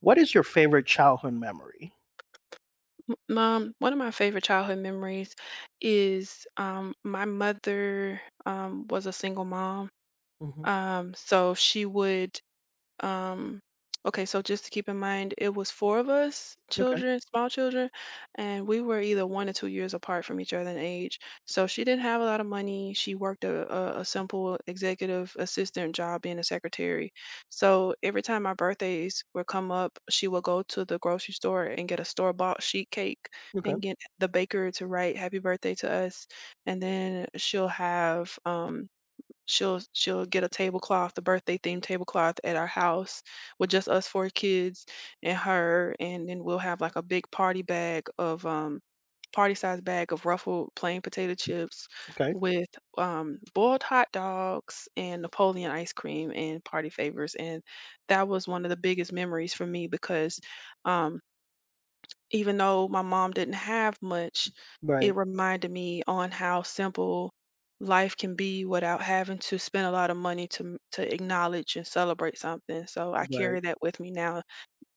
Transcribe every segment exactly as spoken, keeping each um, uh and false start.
What is your favorite childhood memory? Um, one of my favorite childhood memories is um, my mother um, was a single mom. Mhm. Um, so she would um, okay, so just to keep in mind, it was four of us, Okay, children, small children, and we were either one or two years apart from each other in age. So she didn't have a lot of money. She worked a, a, a simple executive assistant job being a secretary. So every time my birthdays would come up, she would go to the grocery store and get a store-bought sheet cake okay, and get the baker to write happy birthday to us. And then she'll have um she'll she'll get a tablecloth, the birthday themed tablecloth at our house with just us four kids and her, and then we'll have like a big party bag of um party size bag of ruffled plain potato chips okay. with um boiled hot dogs and Napoleon ice cream and party favors. And that was one of the biggest memories for me because um even though my mom didn't have much, it Right, reminded me on how simple life can be without having to spend a lot of money to m- to acknowledge and celebrate something. So I carry right. that with me now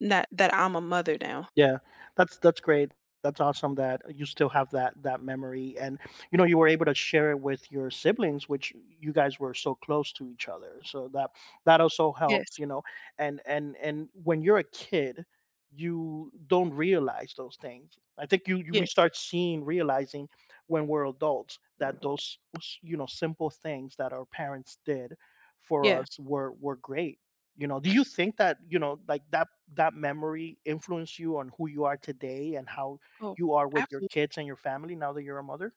that that I'm a mother now. Yeah, that's that's great. That's awesome that you still have that that memory, and you know you were able to share it with your siblings, which you guys were so close to each other. So that that also helps, Yes. you know. And and and when you're a kid, you don't realize those things. I think you, you we Yes. start seeing realizing when we're adults that those you know simple things that our parents did for Yeah. us were were great. You know, do you think that, you know, like that that memory influenced you on who you are today and how Oh, you are with your absolutely. kids and your family now that you're a mother?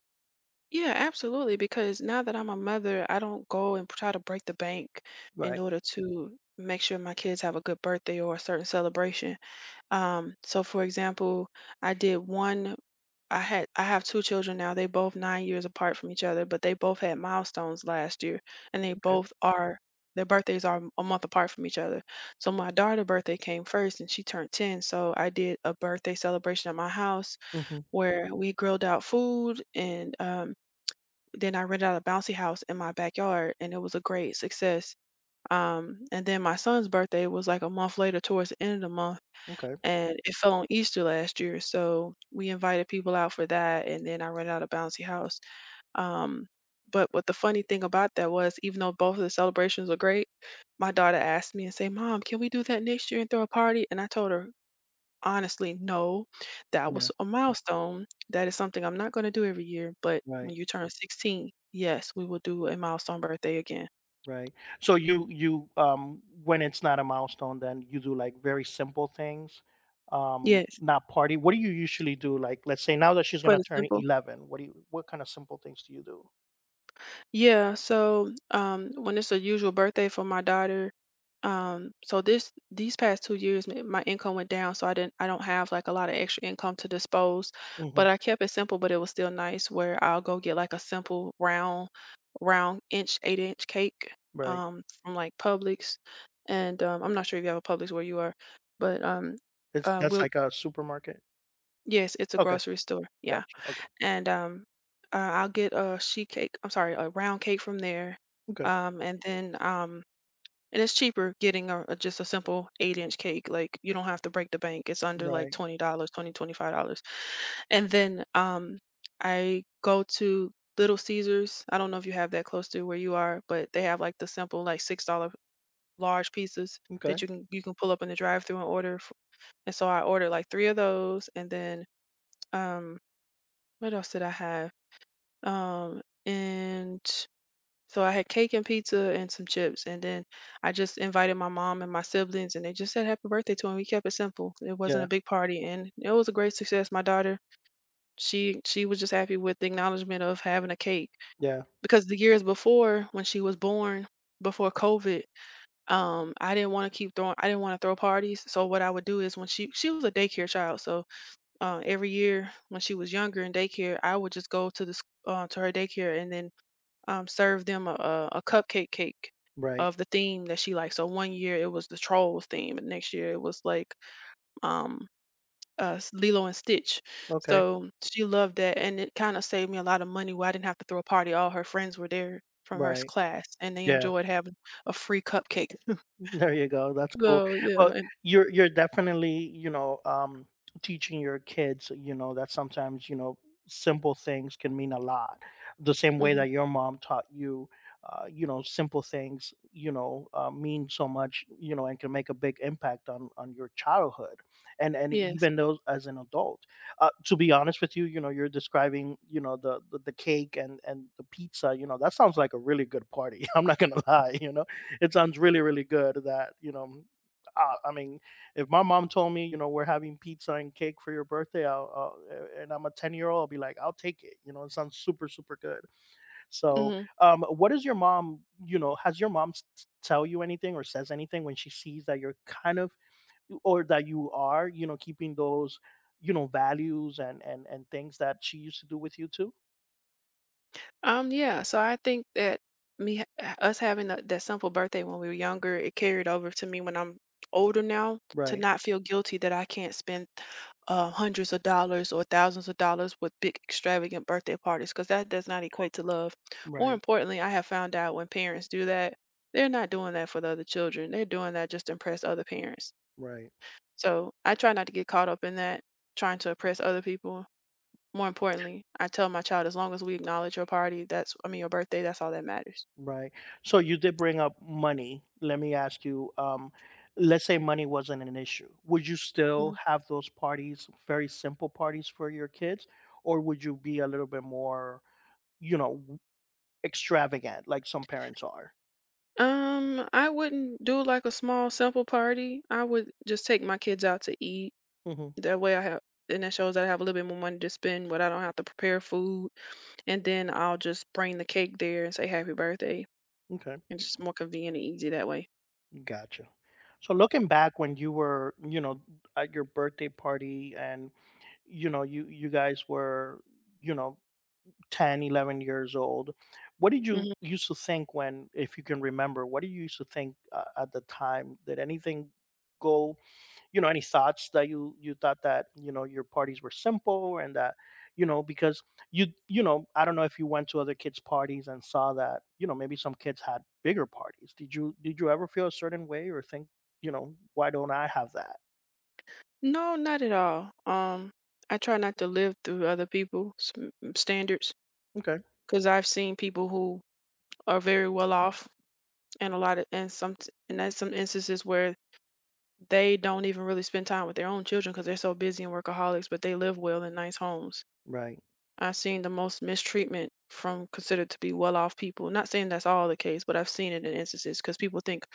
Yeah, absolutely. Because now that I'm a mother, I don't go and try to break the bank in Right. order to make sure my kids have a good birthday or a certain celebration. Um, so for example, I did one I had I have two children now. They both nine years apart from each other, but they both had milestones last year, and they Okay. both are their birthdays are a month apart from each other. So my daughter's birthday came first and she turned ten, so I did a birthday celebration at my house Hmm. where we grilled out food and um then I rented out a bouncy house in my backyard and it was a great success. Um, and then my son's birthday was like a month later towards the end of the month Okay. and it fell on Easter last year, so we invited people out for that, and then I rented out a bouncy house. Um, but what the funny thing about that was, even though both of the celebrations were great, my daughter asked me and say, "Mom, can we do that next year and throw a party?" And I told her, honestly, no, that Yeah. was a milestone. That is something I'm not going to do every year. But when Right. you turn sixteen, yes, we will do a milestone birthday again. Right. So you you um when it's not a milestone, then you do like very simple things, um, Yes, not party. What do you usually do? Like, let's say now that she's plain gonna and turn simple. eleven, what do you what kind of simple things do you do? Yeah, so um when it's a usual birthday for my daughter, um so this these past two years my my income went down, so I didn't I don't have like a lot of extra income to dispose, but Hmm. I kept it simple, but it was still nice where I'll go get like a simple round round inch eight inch cake Right. um from like Publix and um I'm not sure if you have a Publix where you are, but um It's uh That's we'll like a supermarket. yes, it's a Okay. grocery store. Yeah. Gotcha. Okay. and um, uh, I'll get a sheet cake. I'm sorry, a round cake from there, Okay. um, and then um, and it's cheaper getting a, a- just a simple eight inch cake. Like you don't have to break the bank. It's under like Right. twenty dollars, twenty twenty five dollars, and then um, I go to Little Caesars. I don't know if you have that close to where you are, but they have like the simple like six dollar large pieces that Okay. you can you can pull up in the drive through and order. f- And so I ordered like three of those, and then um, what else did I have? Um, and so I had cake and pizza and some chips. And then I just invited my mom and my siblings, and they just said happy birthday to him. We kept it simple. It wasn't Yeah. a big party, and it was a great success. My daughter, she she was just happy with the acknowledgement of having a cake Yeah, because the years before, when she was born, before COVID, um, I didn't want to keep throwing. I didn't want to throw parties. So what I would do is when she she was a daycare child, so uh, every year when she was younger in daycare, I would just go to the sc- uh, to her daycare and then um, served them a, a a cupcake cake right. of the theme that she liked. So one year it was the trolls theme, and next year it was like um, uh, s- Lilo and Stitch. Okay, So she loved that, and it kind of saved me a lot of money where I didn't have to throw a party. All her friends were there from her s- right. class, and they Yeah. enjoyed having a free cupcake. There you go. That's cool. So Well, yeah, and, you're you're definitely, you know, um, teaching your kids, you know, that sometimes, you know, simple things can mean a lot. The same way mhm, that your mom taught you, uh, you know, simple things, you know, uh, mean so much, you know, and can make a big impact on on your childhood, and and yes. even those as an adult. Uh, to be honest with you, you know, you're describing, you know, the the, the cake and and the pizza. You know, that sounds like a really good party. I'm not gonna lie. You know it sounds really really good that you know uh, I mean, if my mom told me, you know, we're having pizza and cake for your birthday, I'll, uh, and I'm a ten year old, I'll be like, I'll take it. You know, it sounds super, super good. So, Mhm. um, what does your mom, you know, has your mom s- tell you anything or says anything when she sees that you're kind of, or that you are, you know, keeping those, you know, values and, and, and things that she used to do with you too? Um, yeah, so I think that me ha- uh, us having that, that simple birthday when we were younger, it carried over to me when I'm older now to Right. not feel guilty that I can't spend uh, hundreds of dollars or thousands of dollars with big extravagant birthday parties because that does not equate to love. More Right. importantly, I have found out when parents do that, they're not doing that for the other children. They're doing that just to impress other parents. Right. So I try not to get caught up in that, trying to impress other people. More importantly, I tell my child, as long as we acknowledge your party, that's I mean your birthday, that's all that matters. Right. So you did bring up money. Let me ask you, um, let's say money wasn't an issue. Would you still Mhm. have those parties, very simple parties for your kids, or would you be a little bit more, you know, w- extravagant like some parents are? Um, I wouldn't do like a small simple party. I would just take my kids out to eat. Hmm. That way I have and that shows that I have a little bit more money to spend, but I don't have to prepare food. And then I'll just bring the cake there and say happy birthday. Okay, It's just more convenient and easy that way. gotcha. So looking back when you were, you know, at your birthday party and you know you you guys were you know Ten, eleven years old, what did you Hmm. used to think when if you can remember what did you used to think, uh, at the time did anything go, you know any thoughts that you you thought that you know your parties were simple and that you know because you you know I don't know if you went to other kids' parties and saw that you know maybe some kids had bigger parties, did you did you ever feel a certain way or think, you know why don't I have that? No, not at all. Um, I try not to live through other people's mm, standards. Okay. 'Cause I've seen people who are very well off, and a lot of and some and that's some instances where they don't even really spend time with their own children because 'cause they're so busy and workaholics, but they live well in nice homes. Right. I've seen the most mistreatment from considered to be well-off people. Not saying that's all the case, but I've seen it in instances because people think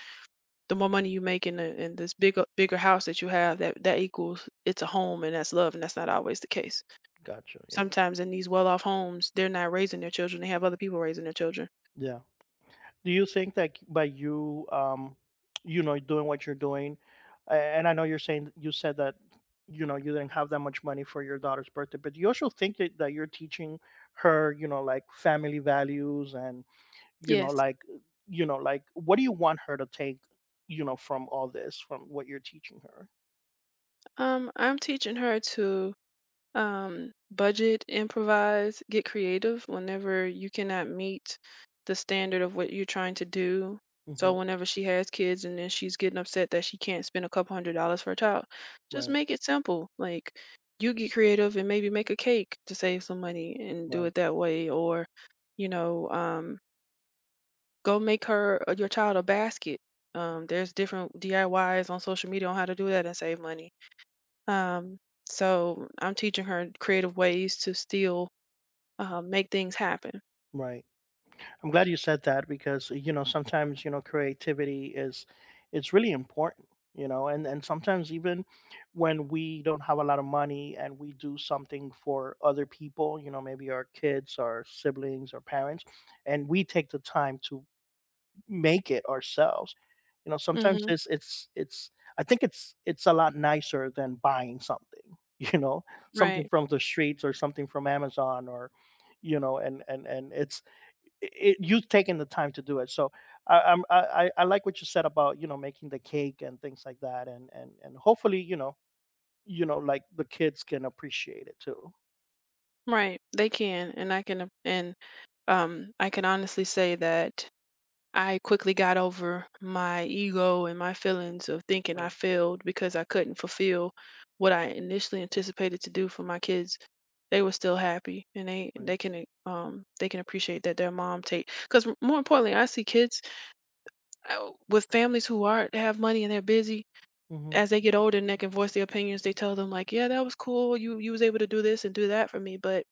the more money you make in the in this bigger bigger house that you have, that that equals it's a home and that's love, and that's not always the case. Gotcha. Yeah. Sometimes in these well-off homes, they're not raising their children, they have other people raising their children. Yeah. Do you think that by you um you know doing what you're doing, a- and I know you're saying you said that you know you didn't have that much money for your daughter's birthday, but do you also think that, that you're teaching her, you know like family values and, you know Yes. like you know like what do you want her to take, you know from all this, from what you're teaching her? Um, I'm teaching her to um, budget, improvise, get creative whenever you cannot meet the standard of what you're trying to do. Hmm. So whenever she has kids and then she's getting upset that she can't spend a couple hundred dollars for a child, just Right. make it simple. Like you get creative and maybe make a cake to save some money and do Right. it that way, or you know, um, go make her uh, your child a basket. Um, there's different D I Ys on social media on how to do that and save money. Um, so I'm teaching her creative ways to still uh, make things happen. Right. I'm glad you said that because you know sometimes you know creativity is it's really important, you know and and sometimes even when we don't have a lot of money and we do something for other people, you know maybe our kids, our siblings, our parents, and we take the time to make it ourselves, you know sometimes Hmm. it's it's it's, I think it's it's a lot nicer than buying something, you know something Right, from the streets or something from Amazon, or you know and and and it's it, it you taking the time to do it. So I, I'm I I I like what you said about, you know making the cake and things like that, and and and hopefully, you know you know like the kids can appreciate it too. right. They can, and I can, uh, and um, I can honestly say that I quickly got over my ego and my feelings of thinking I Right. failed because I couldn't fulfill what I initially anticipated to do for my kids. They were still happy, and they Right. they can eh, um they can appreciate that their mom take because more importantly, I see kids uh, with families who are have money and they're busy Hmm. as they get older and they can voice their opinions, they tell them like, "Yeah, that was cool. You you was able to do this and do that for me, but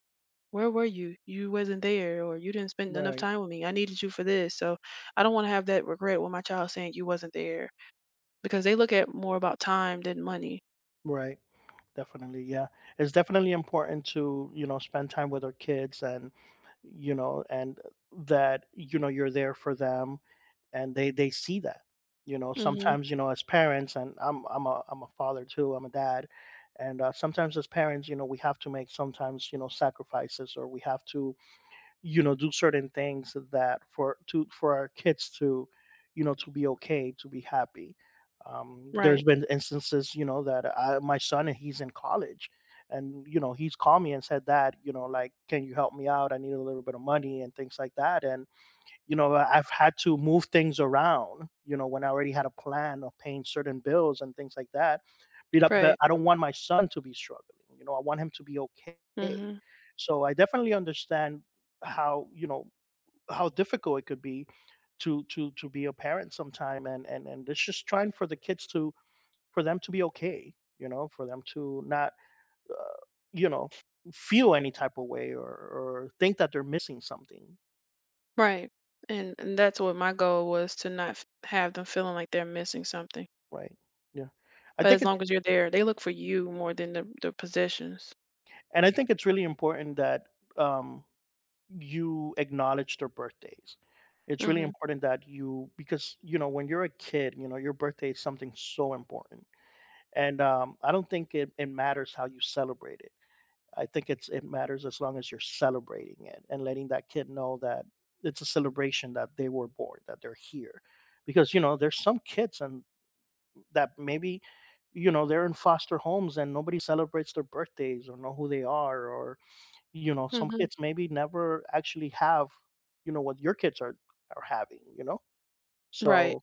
where were you? You wasn't there, or you didn't spend enough Right. time with me. I needed you for this." So I don't want to have that regret when my child saying you wasn't there because they look at more about time than money. Right. Definitely. Yeah. It's definitely important to, you know spend time with our kids, and you know and that, you know you're there for them, and they they see that. You know, hmm. sometimes, you know, as parents, and I'm I'm a I'm a father too, I'm a dad. And uh, sometimes as parents, you know, we have to make sometimes, you know, sacrifices, or we have to, you know, do certain things that for to for our kids to, you know, to be okay, to be happy. Um, Right. there's been instances, you know, that I, my son, he's in college, and you know he's called me and said that, you know like can you help me out, I need a little bit of money and things like that. And you know I've had to move things around, you know when I already had a plan of paying certain bills and things like that. But, but Right. I don't want my son to be struggling. you know I want him to be okay. Hmm. So I definitely understand how you know how difficult it could be to to to be a parent sometime, and and and it's just trying for the kids to, for them to be okay, you know for them to not, uh, you know feel any type of way or or think that they're missing something. Right. And and that's what my goal was to not f- have them feeling like they're missing something. Right. Yeah. I But think as it's long as you're there, they look for you more than the, the possessions. And I think it's really important that, um, you acknowledge their birthdays. It's really Hmm. important that you because you know when you're a kid, you know your birthday is something so important. And um, I don't think it, it matters how you celebrate it. I think it's it matters as long as you're celebrating it and letting that kid know that it's a celebration that they were born, that they're here. Because you know there's some kids, and that maybe you know they're in foster homes and nobody celebrates their birthdays or know who they are, or you know, some Hmm. kids maybe never actually have, you know, what your kids are are having, you know? Right. So,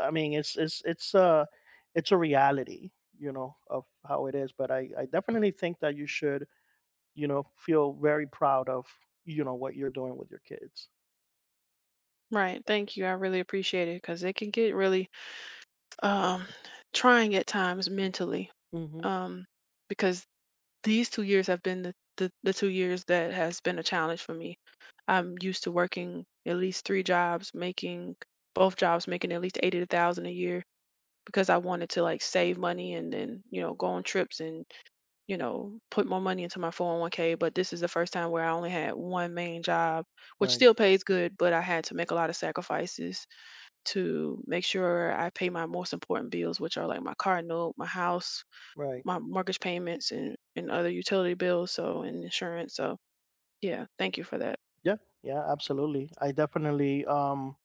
I mean, it's it's it's a it's a reality, you know, of how it is, but I I definitely think that you should, you know, feel very proud of, you know, what you're doing with your kids. Right. Thank you. I really appreciate it because it can get really um, trying at times mentally Hmm. um, because these two years have been the, the, the two years that has been a challenge for me. I'm used to working at least three jobs, making both jobs, making at least eighty to a thousand a year because I wanted to like save money and then, you know, go on trips and, you know, put more money into my four o one k. But this is the first time where I only had one main job, which Right, still pays good, but I had to make a lot of sacrifices to make sure I pay my most important bills, which are like my car note, my house, right. my mortgage payments, and and other utility bills, so and insurance. So yeah, thank you for that. Yeah, yeah, absolutely. I definitely, um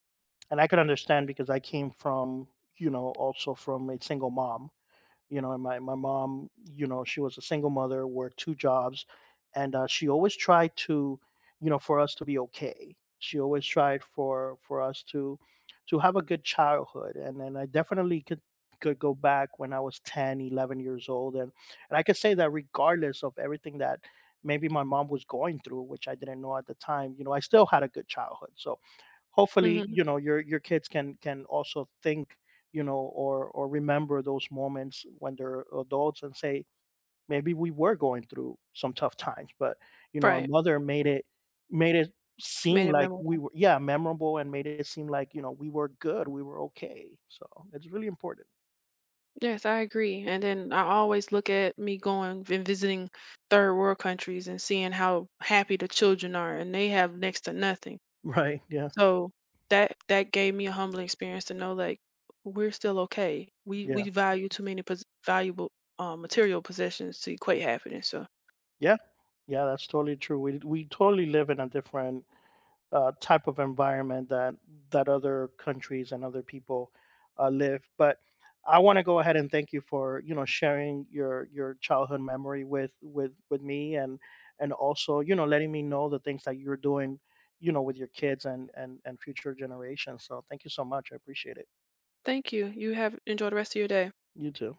and I could understand because I came from, you know, also from a single mom. You know, and my my mom, you know, she was a single mother, worked two jobs, and, uh, she always tried to, you know, for us to be okay. She always tried for for us to to have a good childhood, and and I definitely could could go back when I was ten, eleven years old, and and I could say that regardless of everything that maybe my mom was going through, which I didn't know at the time, you know, I still had a good childhood. So hopefully, Hmm. you know your your kids can can also think, you know or or remember those moments when they're adults, and say maybe we were going through some tough times, but you know our Right, mother made it made it made seem it like we memorable. were, yeah, memorable, and made it seem like, you know we were good, we were okay. So it's really important. Yes, I agree. And then I always look at me going and visiting third world countries and seeing how happy the children are, and they have next to nothing. Right. Yeah. So that that gave me a humbling experience to know like we're still okay. We Yeah. we value too many pos- valuable um, material possessions to equate happiness. So Yeah. Yeah, that's totally true. We we totally live in a different, uh, type of environment that that other countries and other people, uh, live. But I want to go ahead and thank you for, you know sharing your your childhood memory with, with with me, and and also, you know letting me know the things that you're doing, you know with your kids and and and future generations. So thank you so much. I appreciate it. thank you. You have enjoy the rest of your day. You too.